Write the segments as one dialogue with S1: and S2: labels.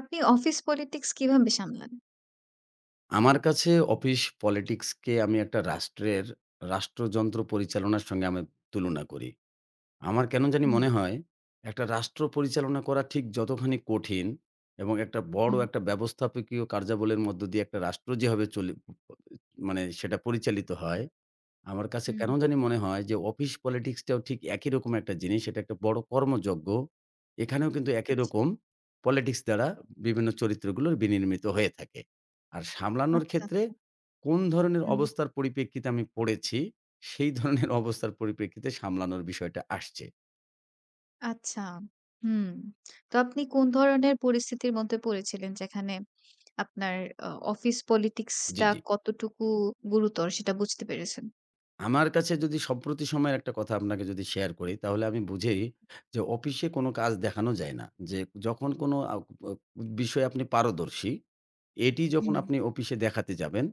S1: আপনি office politics কিভাবে সামলান?
S2: আমার কাছে অফিস পলিটিক্সকে আমি একটা রাষ্ট্রের রাষ্ট্রযন্ত্র পরিচালনার সঙ্গে আমি তুলনা করি। আমার কেন জানি
S1: হুম,
S2: মনে হয়, একটা রাষ্ট্র পরিচালনা করা ঠিক যতখানি কঠিন এবং একটা বড় একটা ব্যবস্থাপকীয় কার্যাবলীর মধ্য দিয়ে একটা রাষ্ট্র যেভাবে মানে সেটা পরিচালিত হয় আমার কাছে কেন
S1: হুম।
S2: জানি মনে হয় যে অফিস পলিটিক্সটাও ঠিক একই রকম একটা জিনিস। এটা একটা বড় কর্মযজ্ঞ। এখানেও কিন্তু একই
S1: আচ্ছা,
S2: রকম পলিটিক্স দ্বারা বিভিন্ন চরিত্রগুলোর বিনির্মিত হয়ে থাকে। আর সামলানোর
S1: আচ্ছা,
S2: ক্ষেত্রে
S1: আচ্ছা।
S2: কোন ধরনের
S1: হুম,
S2: অবস্থার পরিপ্রেক্ষিতে আমি পড়েছি, সেই ধরনের অবস্থার পরিপ্রেক্ষিতে সামলানোর বিষয়টা আসছে।
S1: আচ্ছা। হুম। তো আপনি কোন ধরনের পরিস্থিতির মধ্যে পড়েছিলেন যেখানে আপনার অফিস পলিটিক্স
S2: জি,
S1: টা
S2: জি।
S1: কতটুকু গুরুতর সেটা বুঝতে পেরেছেন?
S2: আমার কাছে যদি সম্প্রতি সময়ের একটা কথা আপনাকে যদি শেয়ার করি, তাহলে আমি বুঝি যে অফিসে কোনো কাজ দেখানো যায় না। যে যখন কোনো আ আ বিষয়ে আপনি পারদর্শী, এটি জি। যখন
S1: হুম।
S2: আপনি অফিসে দেখাতে যাবেন,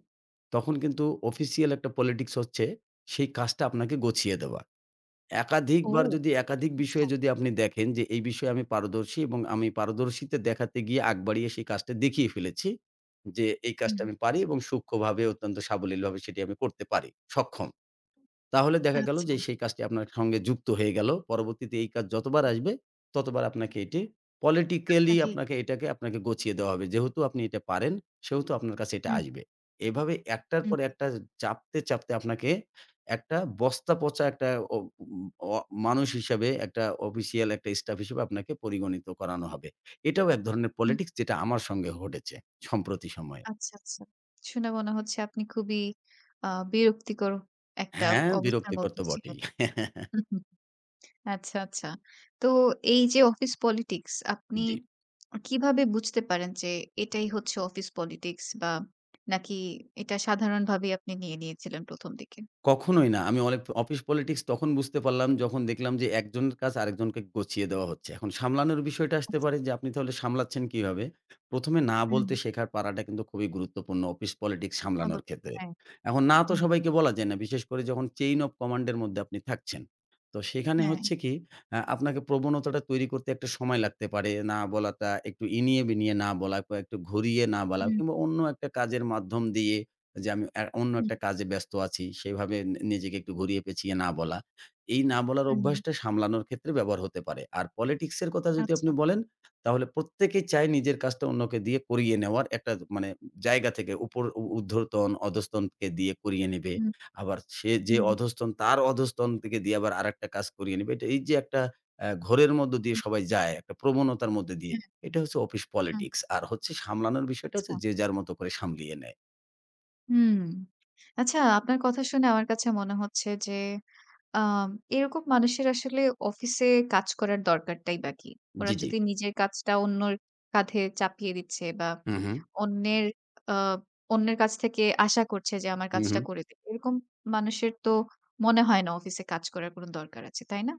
S2: তখন কিন্তু অফিসিয়াল একটা পলিটিক্স হচ্ছে সেই কাজটা আপনাকে গছিয়ে দেওয়া।
S1: ও!
S2: একাধিকবার যদি একাধিক বিষয়ে
S1: আচ্ছা।
S2: যদি আপনি দেখেন যে এই বিষয়ে আমি পারদর্শী এবং আমি পারদর্শীতে দেখাতে গিয়ে আগ বাড়িয়ে সেই কাজটা দেখিয়ে ফেলেছি যে এই কাজটা
S1: হুম।
S2: আমি পারি এবং সূক্ষ্মভাবে অত্যন্ত সাবলীলভাবে সেটি আমি করতে পারি, সক্ষম। তাহলে দেখা গেল
S1: আচ্ছা।
S2: যে সেই কাজটি আপনার সঙ্গে যুক্ত হয়ে গেল। পরবর্তীতে এই কাজ যতবার আসবে, ততবার আপনাকে এটি politically
S1: আপনাকে।
S2: আপনাকে এটাকে আপনাকে গোছিয়ে দেওয়া হবে। যেহেতু আপনি এটা পারেন, সেহেতু আপনার কাছে এটা
S1: হুম,
S2: আসবে। এভাবে একটার
S1: হুম,
S2: পর একটা চাপতে, চাপতে আপনাকে একটা বস্তা পচা একটা অ উম অ মানুষ হিসাবে একটা অফিসিয়াল একটা স্টাফ হিসেবে আপনাকে পরিগণিত করানো হবে। এটাও এক ধরনের
S1: হুম।
S2: পলিটিক্স যেটা আমার সঙ্গে ঘটেছে সম্প্রতি সময়ে।
S1: আচ্ছা, আচ্ছা। শুনে মনে হচ্ছে আপনি খুবই আ বিরক্তিকর একটা
S2: হ্যাঁ,
S1: অবস্থার
S2: বিরক্তিকর
S1: মধ্যে
S2: তো
S1: ছিলেন।
S2: বটেই।
S1: আচ্ছা, আচ্ছা। তো এই যে অফিস পলিটিক্স আপনি
S2: জি।
S1: কিভাবে বুঝতে পারেন যে এটাই হচ্ছে অফিস পলিটিক্স বা নাকি এটা সাধারণভাবেই আপনি নিয়ে নিয়েছিলেন ১ম দিকে?
S2: কখনোই না। আমি অনেক অফিস পলিটিক্স তখন বুঝতে পারলাম যখন দেখলাম যে একজনের কাজ আরেকজনকে গোছিয়ে দেওয়া হচ্ছে। এখন সামলানোর বিষয়টা আসতে
S1: আচ্ছা,
S2: পারে যে আপনি তাহলে সামলাচ্ছেন কিভাবে? ১ম এ না
S1: হুম,
S2: বলতে শেখার পারাটা কিন্তু খুবই গুরুত্বপূর্ণ অফিস পলিটিক্স সামলানোর
S1: অবশ্যই।
S2: ক্ষেত্রে।
S1: হ্যাঁ,
S2: এখন না তো
S1: হুম,
S2: সবাইকে বলা যায় না। বিশেষ করে যখন চেইন অফ কমান্ড এর মধ্যে আপনি থাকছেন। তো সেখানে
S1: হ্যাঁ,
S2: হচ্ছে কি আপনাকে প্রবণতাটা তৈরি করতে একটা সময় লাগতে পারে। না বলাটা একটু ইনিয়ে বিনিয়ে না বলা, একটু ঘুরিয়ে না বলা
S1: হুম,
S2: কিংবা অন্য একটা কাজের মাধ্যম দিয়ে যে আমি অন্য
S1: হুম,
S2: একটা কাজে ব্যস্ত আছি, সেভাবে নিজেকে একটু ঘুরিয়ে পেঁচিয়ে না বলা। এই না বলার
S1: হুম,
S2: অভ্যাসটা সামলানোর ক্ষেত্রে ব্যবহার হতে পারে। আর পলিটিক্স এর কথা যদি আপনি
S1: আচ্ছা,
S2: বলেন, তাহলে প্রত্যেকেই চায় নিজের কাজটা অন্যকে দিয়ে করিয়ে নেওয়ার একটা মানে জায়গা থেকে উপর ঊর্ধ্বতন, অধস্তনকে দিয়ে করিয়ে নেবে।
S1: হুম,
S2: আবার সে যে
S1: হুম,
S2: অধস্তন তার অধস্তন থেকে দিয়ে আবার আরেকটা কাজ করিয়ে নেবে। এটা এই যে একটা ঘোরের মধ্য দিয়ে
S1: হুম,
S2: সবাই যায়, একটা প্রবণতার মধ্যে দিয়ে।
S1: হ্যাঁ,
S2: এটা হচ্ছে অফিস
S1: হ্যাঁ,
S2: পলিটিক্স। আর হচ্ছে সামলানোর বিষয়টা হচ্ছে
S1: আচ্ছা,
S2: যে যার মতো করে সামলিয়ে নেয়।
S1: হুম। আচ্ছা, আপনার কথা শুনে আমার কাছে মনে হচ্ছে যে আম এরকম মানুষের আসলে অফিসে কাজ করার দরকারটাই বা কি? ওরা
S2: জি, জি।
S1: যদি নিজের কাজটা অন্যর কাঁধে চাপিয়ে দিচ্ছে বা
S2: হুম, হুম।
S1: অন্যের আ অন্যের কাছ থেকে আশা করছে যে আমার
S2: হুম,
S1: কাজটা
S2: হুম।
S1: করে দিবে। এরকম মানুষের তো মনে হয় না অফিসে কাজ করার কোনো দরকার আছে, তাই না?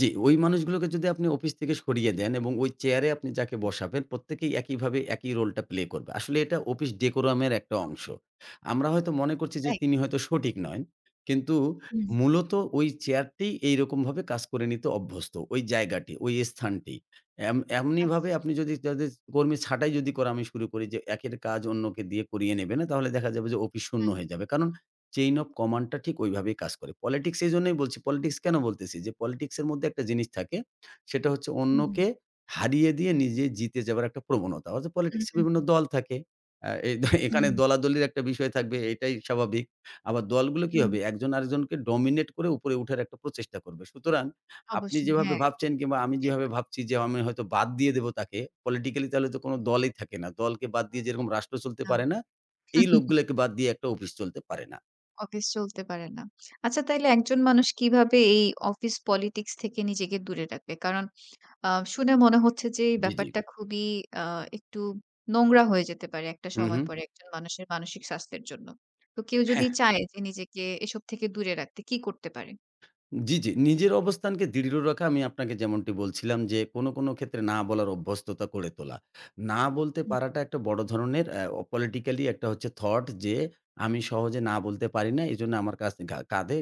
S2: জি, ওই মানুষগুলোকে যদি আপনি অফিস থেকে সরিয়ে দেন এবং ওই চেয়ারে আপনি যাকে বসাবেন প্রত্যেকেই একইভাবে একই রোলটা প্লে করবে। আসলে এটা অফিস ডেকোরামের একটা অংশ। আমরা হয়তো মনে করছি যে
S1: তাই?
S2: তিনি হয়তো সঠিক নয়। কিন্তু
S1: হুম,
S2: মূলত ওই চেয়ারটি এইরকমভাবে কাজ করে নিতে অভ্যস্ত। ওই জায়গাটি, ওই স্থানটি। এমনিভাবে
S1: আচ্ছা।
S2: আপনি যদি তাদের কর্মী ছাঁটাই যদি করা আমি শুরু করি যে একের কাজ অন্যকে দিয়ে করিয়ে নেবে না, তাহলে দেখা যাবে যে অফিস শূন্য
S1: হুম,
S2: হয়ে যাবে। কারণ চেইন অফ কমান্ডটা ঠিক ওইভাবেই কাজ করে। পলিটিক্স এইজন্যই বলছি, পলিটিক্স কেন বলতেছি? যে পলিটিক্স এর মধ্যে একটা জিনিস থাকে। সেটা হচ্ছে
S1: হুম,
S2: অন্যকে হারিয়ে দিয়ে নিজে জিতে যাবার একটা প্রবণতা। অর্থাৎ
S1: হুম,
S2: পলিটিক্স এ
S1: হুম,
S2: বিভিন্ন
S1: হুম,
S2: দল থাকে। এই এখানে
S1: হুম,
S2: দলাদলির একটা বিষয় থাকবে এটাই স্বাভাবিক। আবার দলগুলো কি
S1: হুম,
S2: হবে? একজন আরেকজনকে ডমিনেট করে উপরে উঠার একটা প্রচেষ্টা করবে। সুতরাং আপনি
S1: অবশ্যই।
S2: যেভাবে
S1: হ্যাঁ,
S2: ভাবছেন কিংবা আমি
S1: এটাই
S2: যেভাবে ভাবছি যে আমি হয়তো বাদ দিয়ে দেব তাকে, পলিটিক্যালি তাহলে তো কোনো দলই থাকে না। দলকে বাদ দিয়ে যেরকম রাষ্ট্র চলতে
S1: কথা।
S2: পারে না, এই লোকগুলোকে বাদ দিয়ে একটা অফিস চলতে পারে না।
S1: অফিস চলতে পারে না। আচ্ছা তাইলে একজন মানুষ কিভাবে এই অফিস পলিটিক্স থেকে নিজেকে দূরে রাখবে? কারণ আ শুনে মনে হচ্ছে যে এই
S2: জি, জি।
S1: ব্যাপারটা খুবই আ একটু নোংরা হয়ে যেতে পারে একটা
S2: হু, হু।
S1: সময় পরে একজন মানুষের মানসিক স্বাস্থ্যের জন্য। তো কেউ
S2: হ্যাঁ,
S1: যদি চায় যে নিজেকে এসব থেকে দূরে রাখতে কি করতে পারে?
S2: জি, জি। নিজের অবস্থানকে দৃঢ় রাখা আমি আপনাকে যেমনটি বলছিলাম যে কোন, কোন ক্ষেত্রে না বলার অভ্যস্ততা করে তোলা। না বলতে
S1: হুম,
S2: পারাটা একটা বড় ধরনের politically একটা হচ্ছে thought যে আমি সহজে না বলতে পারি না। এজন্য আমার কাছ ঘা কাঁধে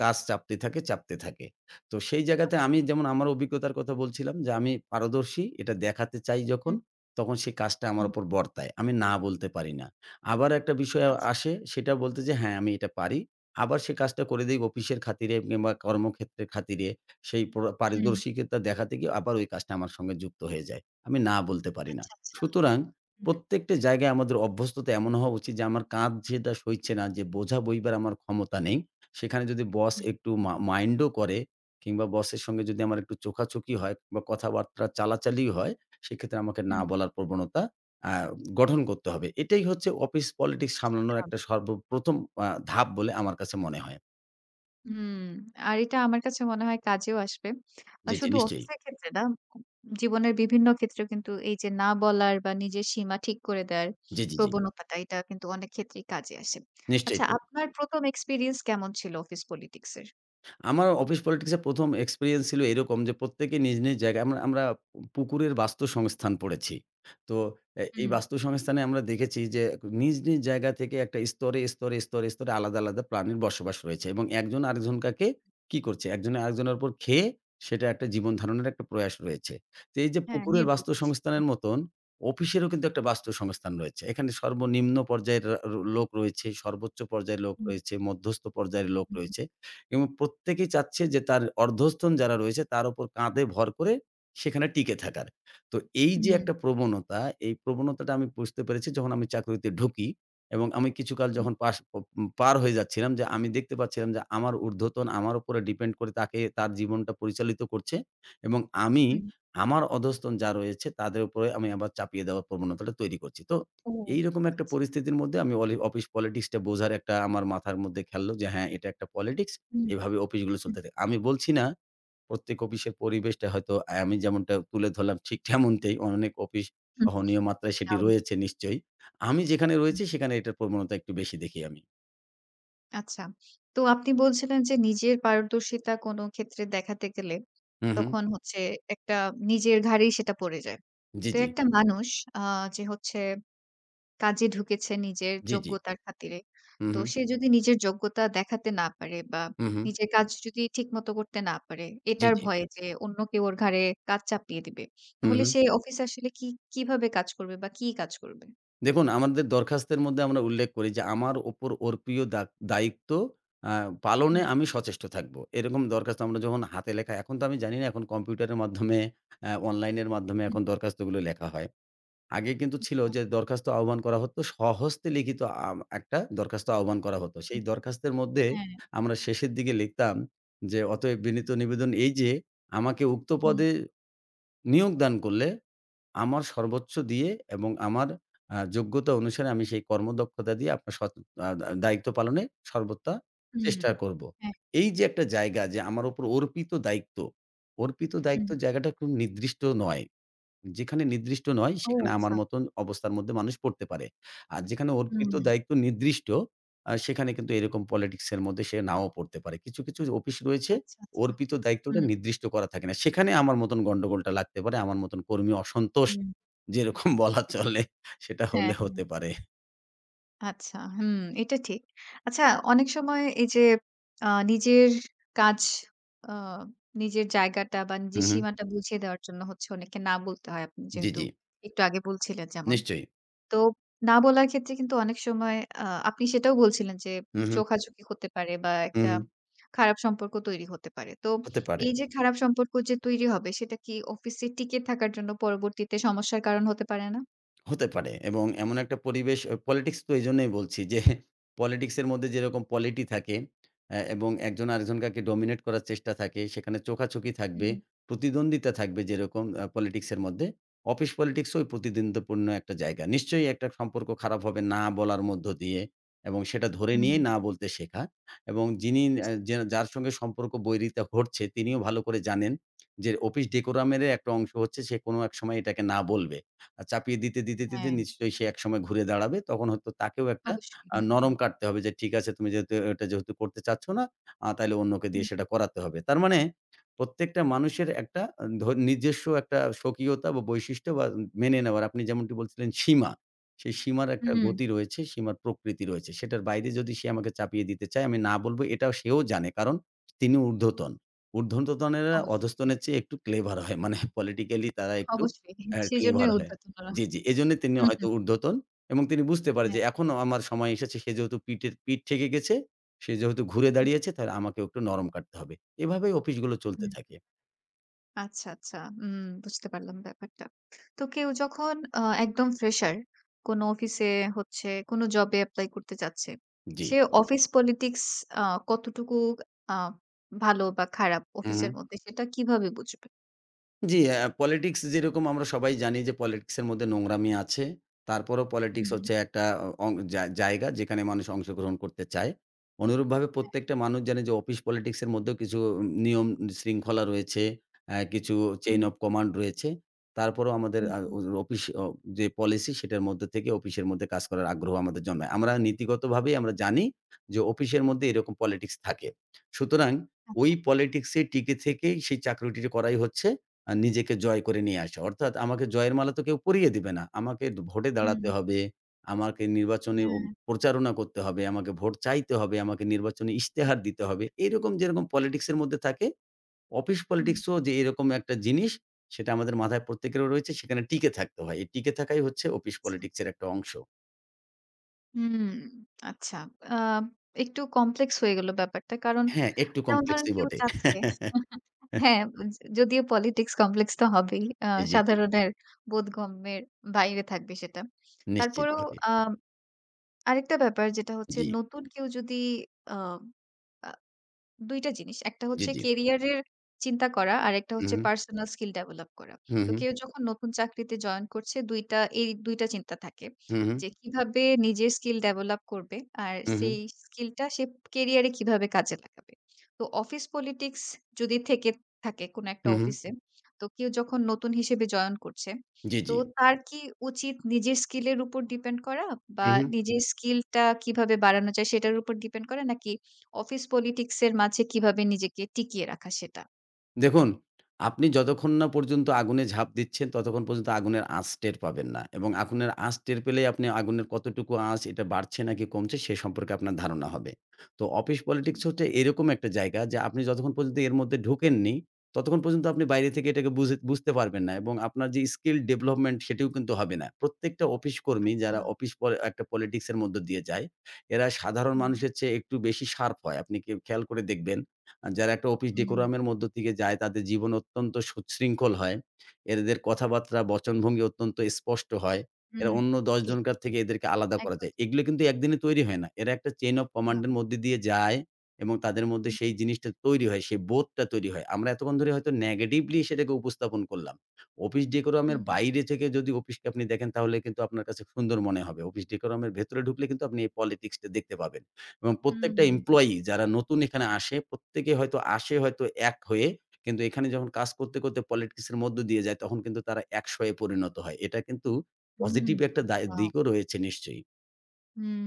S2: কাজ চাপতে থাকে, চাপতে থাকে। তো সেই জায়গাতে
S1: আচ্ছা।
S2: আমি যেমন আমার অভিজ্ঞতার কথা বলছিলাম যে আমি পারদর্শী এটা দেখাতে চাই যখন,
S1: হুম,
S2: তখন সেই কাজটা আমার
S1: হুম,
S2: উপর বর্তায়। আমি না বলতে পারি না। আবার একটা বিষয়
S1: আচ্ছা।
S2: আসে সেটা বলতে যে হ্যাঁ, আমি এটা পারি। আবার সে কাজটা করে দেই অফিসের খাতিরে কিংবা কর্মক্ষেত্রের খাতিরে সেই
S1: হুম,
S2: পারদর্শিকতা দেখাতে গিয়ে আবার ওই কাজটা আমার সঙ্গে যুক্ত হয়ে যায়। আমি না বলতে পারি না।
S1: আচ্ছা, আচ্ছা।
S2: সুতরাং
S1: হুম,
S2: প্রত্যেকটা জায়গায় আমাদের অভ্যস্ততা এমন হওয়া উচিত যে আমার কাঁধ যেটা সইছে না যে বোঝা বইবার আমার ক্ষমতা নেই। সেখানে যদি বস
S1: হুম,
S2: একটু মাইন্ডও করে কিংবা বসের সঙ্গে যদি আমার একটু চোখাচোখি হয় বা কথাবার্তা চালাচালিও হয়, সেক্ষেত্রে আমাকে না
S1: হুম।
S2: বলার প্রবণতা আ গঠন করতে হবে। এটাই হচ্ছে অফিস পলিটিক্স সামলানোর একটা সর্বপ্রথম ধাপ বলে আমার কাছে মনে হয়।
S1: হুম, আর এটা আমার কাছে মনে হয় কাজেও আসবে।
S2: জি, জি
S1: শুধু
S2: নিশ্চয়ই।
S1: অফিসের ক্ষেত্রে না, জীবনের বিভিন্ন ক্ষেত্রেও কিন্তু এই যে না বলার বা নিজের সীমা ঠিক করে দেওয়ার
S2: জি, জি, জি।
S1: প্রবণতাটা এটা কিন্তু অনেক ক্ষেত্রেই কাজে আসে।
S2: নিশ্চয়ই
S1: আচ্ছা
S2: তাই।
S1: আপনার ১ম এক্সপেরিয়েন্স কেমন ছিল অফিস পলিটিক্স এর?
S2: আমার অফিস পলিটিক্সে ১ম এক্সপেরিয়েন্স ছিল এরকম যে প্রত্যেকে নিজ, নিজ জায়গায় আমরা আমরা পুকুরের বাস্তুসংস্থান পড়েছি। তো এই
S1: হুম,
S2: বাস্তুসংস্থানে আমরা দেখেছি যে নিজ, নিজ জায়গা থেকে একটা স্তরে, স্তরে, স্তরে, স্তরে আলাদা, আলাদা প্রাণীর বসবাস রয়েছে এবং একজন আরেকজনকাকে কি করছে? একজনে আরেকজনের উপর খেয়ে সেটা একটা জীবন ধারণের একটা প্রয়াস রয়েছে। তো এই যে
S1: হ্যাঁ
S2: পুকুরের
S1: নির্ভর করছে।
S2: বাস্তুসংস্থানের মতন অফিসেরও কিন্তু একটা বাস্তুসংস্থান রয়েছে। এখানে সর্বনিম্ন পর্যায়ের রা র লোক রয়েছে, সর্বোচ্চ পর্যায়ের লোক
S1: হুম,
S2: রয়েছে, মধ্যস্থ পর্যায়ের লোক
S1: হুম,
S2: রয়েছে। এবং প্রত্যেকেই চাচ্ছে যে তার অর্ধস্তন যারা রয়েছে তার উপর কাঁধে ভর করে সেখানে টিকে থাকার। তো এই যে
S1: হুম,
S2: একটা প্রবণতা, এই প্রবণতাটা আমি বুঝতে পেরেছি যখন আমি চাকরিতে ঢুকি এবং আমি কিছুকাল
S1: হুম,
S2: যখন পাশ প পার হয়ে যাচ্ছিলাম যে আমি দেখতে পাচ্ছিলাম যে আমার ঊর্ধ্বতন আমার উপরে ডিপেন্ড করে তাকে তার জীবনটা পরিচালিত করছে এবং আমি
S1: হুম,
S2: আমার অধস্তন যা রয়েছে তাদের উপরে আমি আবার চাপিয়ে দেওয়ার প্রবণতাটা তৈরি করছি। তো
S1: ও
S2: এইরকম একটা
S1: আচ্ছা।
S2: পরিস্থিতির মধ্যে আমি অফিস পলিটিক্সটা বোঝার একটা আমার মাথার মধ্যে খেললো যে হ্যাঁ, এটা একটা পলিটিক্স।
S1: হুম,
S2: এভাবে অফিসগুলো
S1: হুম,
S2: চলতে থাকে। আমি বলছি না প্রত্যেক অফিসের পরিবেশটা হয়তো আমি যেমনটা তুলে ধরলাম ঠিক তেমনটাই অনেক অফিস
S1: হুম, হুম,
S2: সহনীয় মাত্রায়
S1: তা
S2: সেটি রয়েছে
S1: অবশ্যই।
S2: নিশ্চয়ই। আমি যেখানে
S1: হুম,
S2: রয়েছি সেখানে এটার প্রবণতা একটু বেশি দেখি আমি।
S1: আচ্ছা। তো আপনি বলছিলেন যে নিজের পারদর্শিতা কোনো ক্ষেত্রে দেখাতে গেলে
S2: হু, হু।
S1: তখন হচ্ছে একটা নিজের ঘাড়েই সেটা পড়ে যায়।
S2: জি,
S1: তো
S2: জি।
S1: একটা মানুষ আ যে হচ্ছে কাজে ঢুকেছে নিজের
S2: জি, জি।
S1: যোগ্যতার খাতিরে।
S2: হু,
S1: তো
S2: হু।
S1: সে যদি নিজের যোগ্যতা দেখাতে না পারে বা
S2: হু, হু।
S1: নিজের কাজ যদি ঠিকমতো করতে না পারে,
S2: জি,
S1: এটার
S2: জি।
S1: ভয়ে যে অন্য কেউ ওর ঘাড়ে কাজ চাপিয়ে দিবে।
S2: হু,
S1: তাহলে
S2: হু।
S1: সে অফিসে আসলে কি কিভাবে কাজ করবে বা কি কাজ করবে?
S2: দেখুন আমাদের দরখাস্তের মধ্যে আমরা উল্লেখ করি যে আমার উপর অর্পীয় দা দায়িত্ব আ পালনে
S1: হুম,
S2: আমি সচেষ্ট থাকব। এরকম দরখাস্ত আমরা যখন হাতে লেখা এখন তো আমি জানি না এখন কম্পিউটারের মাধ্যমে অনলাইনের মাধ্যমে
S1: হুম,
S2: এখন দরখাস্তগুলো লেখা হয়। আগে কিন্তু ছিল
S1: আচ্ছা।
S2: যে দরখাস্ত আহ্বান করা হতো। স্বহস্তে লিখিত একটা দরখাস্ত আহ্বান করা হতো।
S1: হুম,
S2: সেই দরখাস্তের মধ্যে
S1: হ্যাঁ,
S2: আমরা শেষের দিকে লিখতাম যে, "অতএব বিনীত নিবেদন এই যে, আমাকে উক্ত
S1: হুম,
S2: পদে নিয়োগ দান করলে আমার সর্বোচ্চ দিয়ে এবং আমার যোগ্যতা অনুসারে আমি সেই কর্মদক্ষতা দিয়ে আপনার সৎ আ দা দায়িত্ব পালনে সর্বদা
S1: হুম।
S2: চেষ্টা করব।"
S1: হ্যাঁ,
S2: এই যে একটা জায়গা যে আমার উপর অর্পিত দায়িত্ব, অর্পিত
S1: হুম।
S2: দায়িত্ব জায়গাটা খুব নির্দিষ্ট নয়। যেখানে নির্দিষ্ট নয়
S1: ও
S2: সেখানে আমার
S1: আচ্ছা।
S2: মতন অবস্থার মধ্যে মানুষ পড়তে পারে। আর যেখানে অর্পিত
S1: হুম,
S2: দায়িত্ব নির্দিষ্ট সেখানে কিন্তু এরকম পলিটিক্স এর মধ্যে সে নাও পড়তে পারে। কিছু, কিছু অফিস রয়েছে
S1: আচ্ছা, আচ্ছা।
S2: অর্পিত দায়িত্বটা
S1: হুম,
S2: নির্দিষ্ট করা থাকে না। সেখানে আমার মতন গন্ডগোলটা লাগতে পারে। আমার মতন কর্মী অসন্তোষ
S1: হুম।
S2: যেরকম বলা চলে সেটা হলে
S1: হ্যাঁ, হ্যাঁ।
S2: হতে পারে।
S1: আচ্ছা, হুম, এটা ঠিক। আচ্ছা অনেক সময় এই যে নিজের কাজ আ নিজের জায়গাটা বা
S2: হু,
S1: নিজের
S2: হু।
S1: সীমাটা বুঝিয়ে দেওয়ার জন্য হচ্ছে অনেককে না বলতে হয়। আপনি
S2: জি,
S1: যেহেতু
S2: জি।
S1: একটু আগে বলছিলেন যেমন।
S2: নিশ্চয়ই।
S1: তো না বলার ক্ষেত্রে কিন্তু অনেক সময় আ আপনি সেটাও বলছিলেন যে
S2: হু, হু,
S1: চোখাচোখি হতে পারে বা
S2: হু,
S1: একটা
S2: হু।
S1: খারাপ সম্পর্ক তৈরি হতে পারে। তো
S2: হতে পারে।
S1: এই যে খারাপ সম্পর্ক যে তৈরি হবে সেটা কি অফিসে টিকে থাকার জন্য পরবর্তীতে সমস্যার কারণ হতে পারে না?
S2: হতে পারে এবং এমন একটা পরিবেশ পলিটিক্স তো এজন্যই বলছি যে পলিটিক্সের মধ্যে যেরকম পলিটি থাকে এবং একজন আরেকজনকে ডমিনেট করার চেষ্টা থাকে, সেখানে চোখাচোখি থাকবে,
S1: হুম,
S2: প্রতিদ্বন্দ্বিতা থাকবে যেরকম পলিটিক্সের মধ্যে, অফিস পলিটিক্সও ওই প্রতিদ্বন্দ্বিতাপূর্ণ একটা জায়গা। নিশ্চয়ই একটা সম্পর্ক খারাপ হবে না বলার মধ্য দিয়ে এবং সেটা ধরে
S1: হুম,
S2: নিয়েই না বলতে শেখা এবং যিনি অ্যা
S1: জি,
S2: যা যার সঙ্গে সম্পর্ক বৈরিতা ঘটছে তিনিও ভালো করে জানেন যে অফিস ডেকোরামের একটা অংশ হচ্ছে সে কোনো এক সময় এটাকে না বলবে। চাপিয়ে দিতে, দিতে, দিতে
S1: হ্যাঁ,
S2: নিশ্চয়ই সে একসময় ঘুরে দাঁড়াবে। তখন হয়তো তাকেও একটা
S1: অবশ্যই। হুম,
S2: নরম
S1: হুম।
S2: কাটতে হবে যে, "ঠিক আছে, তুমি যেহেতু এটা যেহেতু করতে চাচ্ছ না, তাইলে অন্যকে দিয়ে
S1: হুম,
S2: সেটা করাতে হবে।" তার মানে প্রত্যেকটা মানুষের একটা আ ধ নিজস্ব একটা স্বকীয়তা বা বৈশিষ্ট্য বা মেনে নেওয়ার আপনি যেমনটি বলছিলেন সীমা। সেই সীমার একটা
S1: হুম,
S2: গতি রয়েছে, সীমার প্রকৃতি রয়েছে। সেটার বাইরে যদি সে আমাকে চাপিয়ে দিতে চায়, আমি না বলব এটা সেও জানে। কারণ তিনি ঊর্ধ্বতন। ঊর্ধ্বতনেরা
S1: অবশ্যই, হ্যাঁ,
S2: অধস্তনের চেয়ে একটু ক্লেভার হয়। মানে পলিটিক্যালি তারা একটু
S1: অবশ্যই। হ্যাঁ,
S2: ক্লেভার
S1: সেজন্যই
S2: হয়।
S1: উদ্যত ওনারা।
S2: জি, জি। এজন্যই তিনি
S1: হুম,
S2: হয়তো
S1: হুম,
S2: ঊর্ধ্বতন এবং তিনি বুঝতে পারে যে
S1: হ্যাঁ,
S2: এখনো আমার সময় এসেছে। সে যেহেতু পিঠের পিঠ ঠেকে গেছে, সে যেহেতু ঘুরে
S1: হুম,
S2: দাঁড়িয়েছে তাহলে আমাকেও একটু নরম কাটতে হবে। এভাবেই অফিসগুলো চলতে
S1: হুম।
S2: থাকে।
S1: আচ্ছা, আচ্ছা। উম বুঝতে পারলাম ব্যাপারটা। তো কেউ যখন একদম ফ্রেশার কোন অফিসে হচ্ছে কোন জবে এপ্লাই করতে চাচ্ছে,
S2: জি।
S1: সে অফিস পলিটিক্স আ কতটুকু আ ভালো বা খারাপ
S2: হু, হু।
S1: অফিসের মধ্যে সেটা কিভাবে বুঝবে?
S2: জি, পলিটিক্স যেরকম আমরা সবাই জানি যে পলিটিক্স এর মধ্যে নোংরামি আছে। তারপরেও পলিটিক্স
S1: হুম,
S2: হচ্ছে একটা অ অং জা জায়গা যেখানে মানুষ অংশগ্রহণ করতে চায়। অনুরূপভাবে
S1: হ্যাঁ,
S2: প্রত্যেকটা মানুষ জানে যে অফিস পলিটিক্স এর মধ্যেও কিছু নিয়ম শৃঙ্খলা রয়েছে, কিছু চেইন
S1: হুম,
S2: অফ কমান্ড রয়েছে। তারপরেও আমাদের
S1: হুম,
S2: আ
S1: হুম,
S2: ও অফিস অ যে পলিসি সেটার মধ্যে থেকে অফিসের মধ্যে কাজ করার আগ্রহ আমাদের জন্মায়। আমরা নীতিগতভাবেই আমরা জানি যে অফিসের মধ্যে এরকম পলিটিক্স থাকে। সুতরাং ওই
S1: আচ্ছা,
S2: পলিটিক্স এ টিকে থেকেই সেই চাকরিটি করাই হচ্ছে নিজেকে জয় করে নিয়ে আসা। অর্থাৎ আমাকে জয়ের মালা তো কেউ পরিয়ে দিবে না। আমাকে ভোটে
S1: হুম,
S2: দাঁড়াতে হবে, আমাকে নির্বাচনে ও
S1: হ্যাঁ,
S2: প্রচারণা করতে হবে, আমাকে ভোট চাইতে হবে, আমাকে নির্বাচনী ইশতেহার দিতে হবে। এরকম যেরকম পলিটিক্স এর মধ্যে থাকে, অফিস
S1: হুম,
S2: পলিটিক্স ও যে এরকম একটা জিনিস সেটা আমাদের মাথায় প্রত্যেকেরও রয়েছে। সেখানে টিকে থাকতে হয়। এই টিকে থাকাই হচ্ছে অফিস
S1: আচ্ছা,
S2: পলিটিক্স এর একটা অংশ।
S1: হুম, আচ্ছা। আ একটু কমপ্লেক্স হয়ে গেল ব্যাপারটা। কারণ
S2: হ্যাঁ, একটু
S1: যেমন ধরেন
S2: কমপ্লেক্সই
S1: কেউ
S2: বটে।
S1: চাচ্ছে হ্যাঁ, যদিও পলিটিক্স কমপ্লেক্স তো হবেই।
S2: জি, জি, জি।
S1: সাধারণের বোধগম্যের বাইরে থাকবে সেটা। তারপরেও
S2: নিশ্চিতভাবে।
S1: আ আরেকটা ব্যাপার যেটা হচ্ছে
S2: জি,
S1: নতুন কেউ যদি আ আ ২ টা জিনিস। একটা
S2: জি,
S1: হচ্ছে
S2: জি।
S1: কেরিয়ারের চিন্তা করা, আরেকটা
S2: হু,
S1: হচ্ছে পার্সোনাল স্কিল ডেভেলপ করা।
S2: হু,
S1: তো
S2: হু,
S1: কেউ যখন নতুন চাকরিতে জয়েন করছে ২ টা এই ২ টা চিন্তা থাকে।
S2: হু, হু,
S1: যে কিভাবে নিজের স্কিল ডেভেলপ করবে, আর
S2: হু, হু,
S1: সেই স্কিলটা সে কেরিয়ারে কিভাবে কাজে লাগাবে। তো অফিস পলিটিক্স যদি থেকে থাকে কোনো একটা
S2: হু, হু।
S1: অফিসে, তো কেউ যখন নতুন হিসেবে জয়েন করছে,
S2: জি, জি।
S1: তো তার কি উচিত নিজের স্কিলের উপর ডিপেন্ড করা
S2: হু,
S1: বা
S2: হু।
S1: নিজের স্কিলটা কিভাবে বাড়ানো যায় সেটার উপর ডিপেন্ড করা? নাকি অফিস পলিটিক্স এর মাঝে কিভাবে নিজেকে টিকিয়ে রাখা সেটা।
S2: দেখুন, আপনি যতক্ষণ না পর্যন্ত আগুনে ঝাঁপ দিচ্ছেন, ততক্ষণ পর্যন্ত আগুনের আঁচ টের পাবেন না এবং আগুনের আঁচ টের পেলেই আপনি আগুনের কতটুকু আঁচ এটা বাড়ছে নাকি কমছে সে সম্পর্কে আপনার ধারণা হবে। তো অফিস
S1: হুম,
S2: পলিটিক্স হচ্ছে এরকম একটা জায়গা যে আপনি যতক্ষণ পর্যন্ত এর মধ্যে ঢোকেননি, ততক্ষণ পর্যন্ত আপনি বাইরে থেকে এটাকে বুঝতে পারবেন না এবং আপনার যে স্কিল ডেভেলপমেন্ট সেটিও কিন্তু হবে না। প্রত্যেকটা অফিস কর্মী
S1: আচ্ছা,
S2: যারা অফিস পল একটা পলিটিক্স এর মধ্য দিয়ে যায়, এরা সাধারণ
S1: হুম।
S2: মানুষের চেয়ে একটু বেশি শার্প হয়। আপনি কে খেয়াল করে দেখবেন যারা একটা অফিস
S1: হুম,
S2: ডেকোরামের মধ্য থেকে যায় তাদের জীবন অত্যন্ত সুশৃঙ্খল হয়। এদের কথাবার্তা, বচনভঙ্গি অত্যন্ত স্পষ্ট হয়।
S1: হুম।
S2: এরা অন্য ১০
S1: ঠিক,
S2: জনকার থেকে এদেরকে আলাদা করা
S1: একদম
S2: যায়।
S1: ঠিক।
S2: এগুলো কিন্তু একদিনে তৈরি হয় না। এরা একটা চেইন অফ কমান্ড
S1: না।
S2: এর মধ্যে দিয়ে যায় এবং তাদের মধ্যে
S1: হুম,
S2: সেই জিনিসটা তৈরি হয়, সেই বোধটা তৈরি হয়। আমরা এতক্ষণ ধরে হয়তো নেগেটিভলি সেটাকে উপস্থাপন করলাম। অফিস ডেকোরামের
S1: হুম,
S2: বাইরে থেকে যদি অফিসকে আপনি দেখেন তাহলে কিন্তু আপনার কাছে সুন্দর মনে হবে। অফিস ডেকোরামের ভেতরে ঢুকলে কিন্তু আপনি এই পলিটিক্সটা দেখতে পাবেন। এবং
S1: হুম,
S2: প্রত্যেকটা
S1: হুম,
S2: এমপ্লয়ি যারা নতুন এখানে আসে, প্রত্যেকে হয়তো আসে হয়তো এক হয়ে। কিন্তু এখানে যখন কাজ করতে, করতে পলিটিক্স এর মধ্য দিয়ে যায় তখন কিন্তু তারা ১০০ এ পরিণত হয়। এটা কিন্তু
S1: হুম,
S2: পজিটিভ
S1: হুম,
S2: একটা
S1: ওয়াও!
S2: দিকও রয়েছে নিশ্চয়ই।
S1: হুম।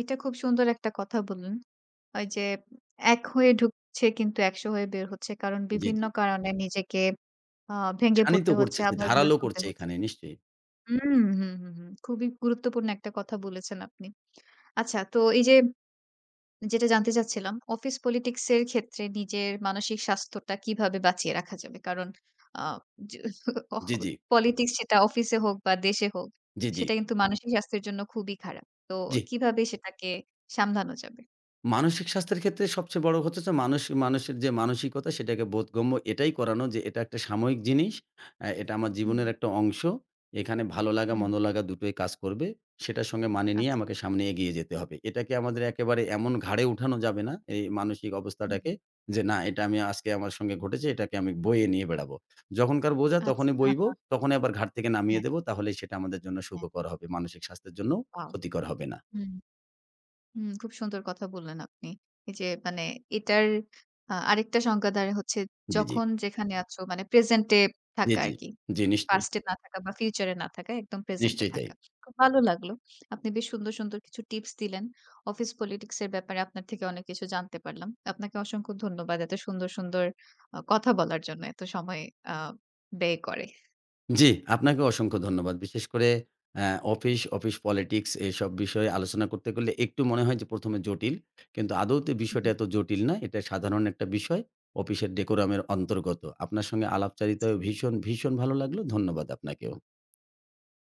S1: এটা খুব সুন্দর একটা কথা বললেন। ওই যে এক হয়ে ঢুকছে কিন্তু ১০০ হয়ে বের হচ্ছে। কারণ
S2: জি,
S1: বিভিন্ন
S2: জি।
S1: কারণে নিজেকে আ ভেঙে
S2: শানিত
S1: পড়তে হচ্ছে,
S2: করছে যে
S1: আবার গড়ে
S2: ধারালো
S1: তুলতে
S2: করছে
S1: হচ্ছে।
S2: এখানে নিশ্চয়ই।
S1: হুম, হুম, হুম, হুম। খুবই গুরুত্বপূর্ণ একটা কথা বলেছেন আপনি। আচ্ছা তো এই যে যেটা জানতে চাচ্ছিলাম, অফিস পলিটিক্স এর ক্ষেত্রে নিজের মানসিক স্বাস্থ্যটা কিভাবে বাঁচিয়ে রাখা যাবে? কারণ আ য অহ
S2: জি, জি।
S1: পলিটিক্স সেটা অফিসে হোক বা দেশে হোক,
S2: জি, জি।
S1: সেটা কিন্তু মানসিক স্বাস্থ্যের জন্য খুবই খারাপ। তো
S2: জি।
S1: কিভাবে সেটাকে সামলানো যাবে?
S2: মানসিক স্বাস্থ্যের ক্ষেত্রে সবচেয়ে বড় কথা হচ্ছে যে মানুষ মানুষের যে মানসিকতা সেটাকে বোধগম্য এটাই করানো যে এটা একটা সাময়িক জিনিস। এটা আমার
S1: হুম,
S2: জীবনের একটা অংশ। এখানে ভালো লাগা
S1: হুম।
S2: মন্দ লাগা দুটোই কাজ করবে। সেটার সঙ্গে মানিয়ে নিয়ে
S1: আচ্ছা।
S2: আমাকে সামনে এগিয়ে যেতে হবে। এটাকে আমাদের একেবারে এমন ঘাড়ে উঠানো যাবে না এই মানসিক অবস্থাটাকে
S1: হুম।
S2: যে, "না এটা আমি আজকে আমার সঙ্গে ঘটেছে এটাকে আমি বয়ে নিয়ে বেড়াবো।" যখনকার বোঝা তখনই
S1: আচ্ছা।
S2: বইব,
S1: হ্যাঁ,
S2: তখনই আবার ঘাট থেকে নামিয়ে
S1: হ্যাঁ।
S2: দেব। তাহলেই সেটা আমাদের জন্য
S1: হ্যাঁ,
S2: সুখকর
S1: হ্যাঁ।
S2: হবে। মানসিক স্বাস্থ্যের জন্যও
S1: ওয়াও!
S2: ক্ষতিকর হবে না।
S1: হুম। হুম, খুব সুন্দর কথা বললেন আপনি। এই যে মানে এটার আরেকটা সংজ্ঞা দ্বারা হচ্ছে
S2: জি, জি।
S1: যখন যেখানে আছো মানে প্রেজেন্ট এ
S2: জি,
S1: থাকা
S2: জি।
S1: আরকি।
S2: জি, নিশ্চয়ই।
S1: পাস্ট এ না থাকা বা ফিউচার এ না থাকা, একদম প্রেজেন্ট এ
S2: নিশ্চয়ই তাই।
S1: থাকা। খুব ভালো লাগলো। আপনি বেশ সুন্দর, সুন্দর কিছু টিপস দিলেন। অফিস পলিটিক্স এর ব্যাপারে আপনার থেকে অনেক কিছু জানতে পারলাম। আপনাকে অসংখ্য ধন্যবাদ এত সুন্দর, সুন্দর কথা বলার জন্য, এত সময় আ ব্যয় করে।
S2: জি, আপনাকে অসংখ্য ধন্যবাদ। বিশেষ করে অ্যা অফিস, অফিস পলিটিক্স এসব বিষয়ে আলোচনা করতে গেলে একটু মনে হয় যে ১ম এ জটিল। কিন্তু আদৌতে বিষয়টা
S1: হুম,
S2: এত জটিল না। এটা সাধারণ একটা বিষয়। অফিসের ডেকোরামের অন্তর্গত। আপনার সঙ্গে
S1: জি।
S2: আলাপচারিতায় ভীষণ, ভীষণ ভালো লাগলো। ধন্যবাদ আপনাকেও।